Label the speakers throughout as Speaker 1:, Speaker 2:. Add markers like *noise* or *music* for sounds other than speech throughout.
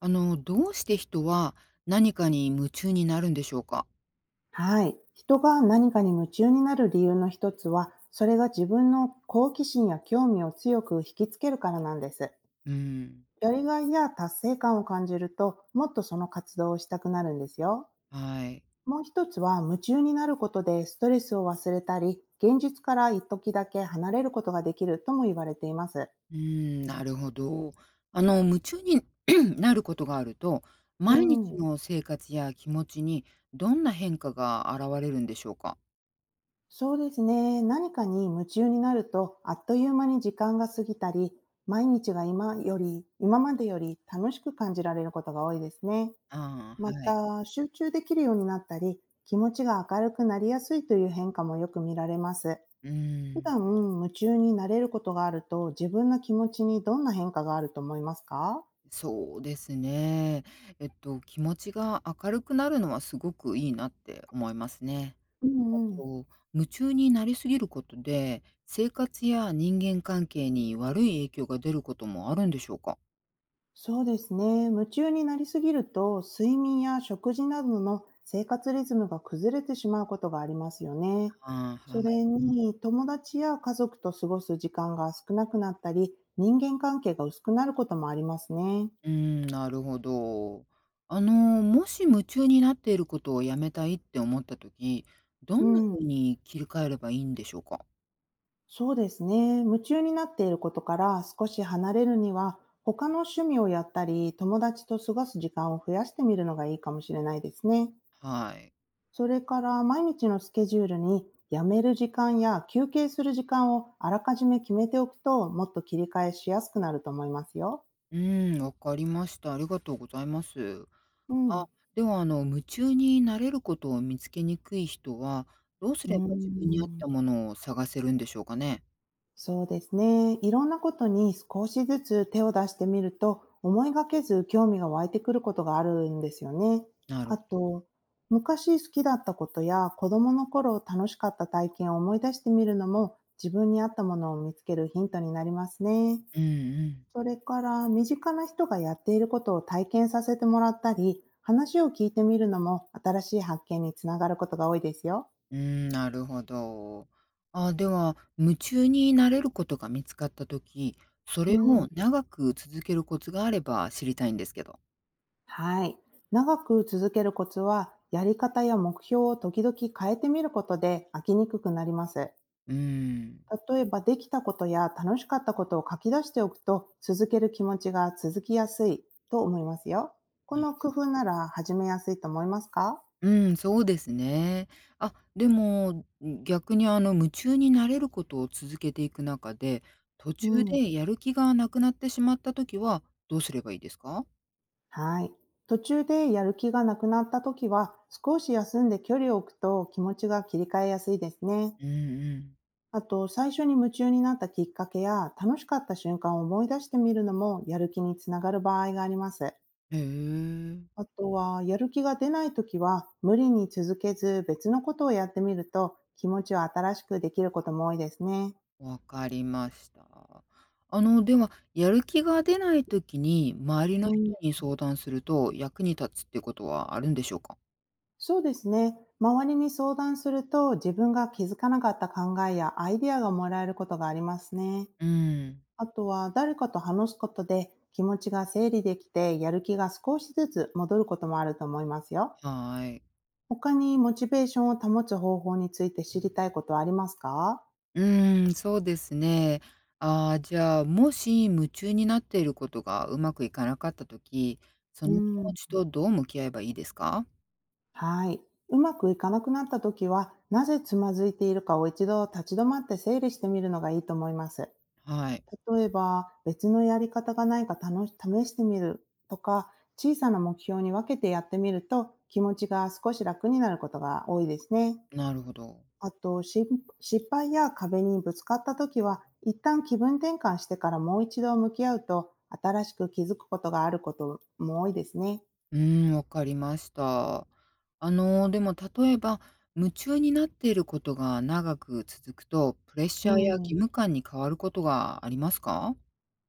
Speaker 1: どうして人は何かに夢中になるんでしょうか？
Speaker 2: はい。人が何かに夢中になる理由の一つは、それが自分の好奇心や興味を強く引きつけるからなんです。
Speaker 1: うん、
Speaker 2: やりがいや達成感を感じると、もっとその活動をしたくなるんですよ。
Speaker 1: はい。
Speaker 2: もう一つは、夢中になることでストレスを忘れたり、現実から一時だけ離れることができるとも言われています。
Speaker 1: うん、なるほど。夢中に *clears throat* なることがあると、
Speaker 2: う
Speaker 1: 毎日
Speaker 2: ん。
Speaker 1: の生活や気持ちにどんな変化が現れるんでしょうか？
Speaker 2: そうですね。何かに夢中になると、あっという間に時間が過ぎたり、毎日が今までより楽しく感じられることが多いですね。
Speaker 1: ああ、
Speaker 2: ま
Speaker 1: はい。
Speaker 2: た、集中できるようになったり、気持ちが明るくなりやすいという変化もよく見られます。
Speaker 1: う
Speaker 2: 普
Speaker 1: ん、
Speaker 2: 段、夢中になれることがあると、自分の気持ちにどんな変化があると思いますか？
Speaker 1: そうですね。気持ちが明るくなるのはすごくいいなって思いますね。
Speaker 2: う
Speaker 1: あ
Speaker 2: んうん。
Speaker 1: と、夢中になりすぎることで、生活や人間関係に悪い影響が出ることもあるんでしょうか？
Speaker 2: そうですね。夢中になりすぎると、睡眠や食事などの生活リズムが崩れてしまうことがありますよね。
Speaker 1: ああ、
Speaker 2: そ
Speaker 1: はい。
Speaker 2: れに、友達や家族と過ごす時間が少なくなったり、人間関係が薄くなることもありますね。
Speaker 1: うーん、なるほど。あの、もし夢中になっていることをやめたいって思った時、ど
Speaker 2: う
Speaker 1: んな
Speaker 2: ん。
Speaker 1: 風に切り替えればいいんでしょうか？
Speaker 2: そうですね。夢中になっていることから少し離れるには、他の趣味をやったり、友達と過ごす時間を増やしてみるのがいいかもしれないですね。
Speaker 1: はい。
Speaker 2: それから毎日のスケジュールにやめる時間や休憩する時間をあらかじめ決めておくと、もっと切り替えしやすくなると思いますよ。
Speaker 1: うーん、わかりました。ありがとうございます。
Speaker 2: う
Speaker 1: あ、
Speaker 2: ん。
Speaker 1: では、夢中になれることを見つけにくい人は、どうす
Speaker 2: うー
Speaker 1: れば自分に合っ
Speaker 2: ん。
Speaker 1: たものを探せるんでしょうかね？
Speaker 2: そうですね。いろんなことに少しずつ手を出してみると、思いがけず興味が湧いてくることがあるんですよね。
Speaker 1: なる
Speaker 2: あ
Speaker 1: ほど。
Speaker 2: と、昔好きだったことや子供の頃楽しかった体験を思い出してみるのも、自分に合ったものを見つけるヒントになりますね。
Speaker 1: うんうん。
Speaker 2: それから身近な人がやっていることを体験させてもらったり、話を聞いてみるのも新しい発見につながることが多いですよ。
Speaker 1: うん、なるほど。あ、では、夢中になれることが見つかったとき、そ
Speaker 2: う
Speaker 1: れ
Speaker 2: ん。
Speaker 1: を長く続けるコツがあれば知りたいんですけど。
Speaker 2: はい。長く続けるコツは、やり方や目標を時々変えてみることで飽きにくくなります。
Speaker 1: うーん。
Speaker 2: 例えば、できたことや楽しかったことを書き出しておくと、続ける気持ちが続きやすいと思いますよ。この工夫なら始めやすいと思いますか？
Speaker 1: うん、そうですね。あ、でも、逆に夢中になれることを続けていく中で、途
Speaker 2: う
Speaker 1: 中
Speaker 2: ん。
Speaker 1: でやる気がなくなってしまったときはどうすればいいですか？
Speaker 2: はい。途中でやる気がなくなった時は、少し休んで距離を置くと気持ちが切り替えやすいですね。
Speaker 1: うんうん。
Speaker 2: あと、最初に夢中になったきっかけや、楽しかった瞬間を思い出してみるのも、やる気につながる場合があります。
Speaker 1: へえ。
Speaker 2: あとは、やる気が出ない時は、無理に続けず別のことをやってみると、気持ちを新しくできることも多いですね。
Speaker 1: わかりました。では、やる気が出ないときに、周りの
Speaker 2: うん、
Speaker 1: 人に相談すると役に立つってことはあるんでしょうか？
Speaker 2: そうですね。周りに相談すると、自分が気づかなかった考えやアイデアがもらえることがありますね。
Speaker 1: うーん、
Speaker 2: あとは誰かと話すことで気持ちが整理できてやる気が少しずつ戻ることもあると思いますよ。
Speaker 1: はい。
Speaker 2: 他にモチベーションを保つ方法について知りたいことはありますか？
Speaker 1: うーん、そうですね。ああ、じゃあ、もし夢中になっていることがうまくいかなかったときそ
Speaker 2: う
Speaker 1: の気持
Speaker 2: ん。
Speaker 1: ちとどう向き合えばいいですか？
Speaker 2: はい。うまくいかなくなった時は、なぜつまずいているかを一度立ち止まって整理してみるのがいいと思います。
Speaker 1: はい、
Speaker 2: 例えば、別のやり方がないか試してみるとか、小さな目標に分けてやってみると気持ちが少し楽になることが多いですね。
Speaker 1: なるほど。
Speaker 2: あと、失敗や壁にぶつかった時は、一旦気分転換してからもう一度向き合うと、新しく気づくことがあることも多いですね。
Speaker 1: うーん、わかりました。でも例えば、夢中になっていることが長く続くと、プレッ
Speaker 2: う
Speaker 1: シャーや義
Speaker 2: ん。
Speaker 1: 務感に変わることがありますか？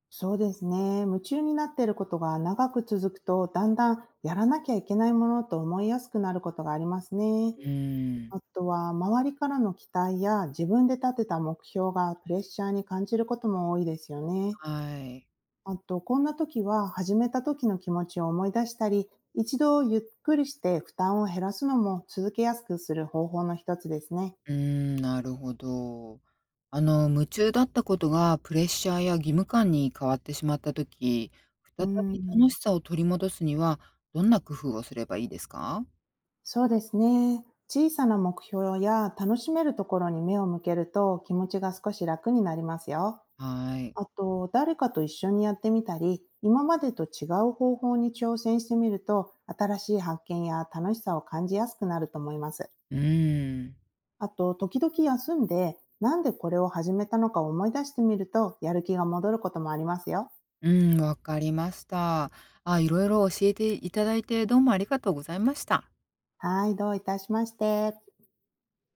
Speaker 2: そうですね。夢中になっていることが長く続くと、だんだんやらなきゃいけないものと思いやすくなることがありますね。
Speaker 1: うーん。
Speaker 2: あとは、周りからの期待や自分で立てた目標がプレッシャーに感じることも多いですよね。
Speaker 1: はい。
Speaker 2: あと、こんな時は始めた時の気持ちを思い出したり、一度ゆっくりして負担を減らすのも続けやすくする方法の一つですね。
Speaker 1: うーん、なるほど。夢中だったことがプレッシャーや義務感に変わってしまったとき、
Speaker 2: う
Speaker 1: 再び楽
Speaker 2: ん、
Speaker 1: しさを取り戻すには、どんな工夫をすればいいですか？
Speaker 2: そうですね。小さな目標や楽しめるところに目を向けると気持ちが少し楽になりますよ。
Speaker 1: はい。
Speaker 2: あと、誰かと一緒にやってみたり、今までと違う方法に挑戦してみると、新しい発見や楽しさを感じやすくなると思います。
Speaker 1: うーん。
Speaker 2: あと、時々休んで、なんでこれを始めたのかを思い出してみると、やる気が戻ることもありますよ。
Speaker 1: うん、わかりました。あ、いろいろ教えていただいて、どうもありがとうございました。
Speaker 2: はい、どういたしまして。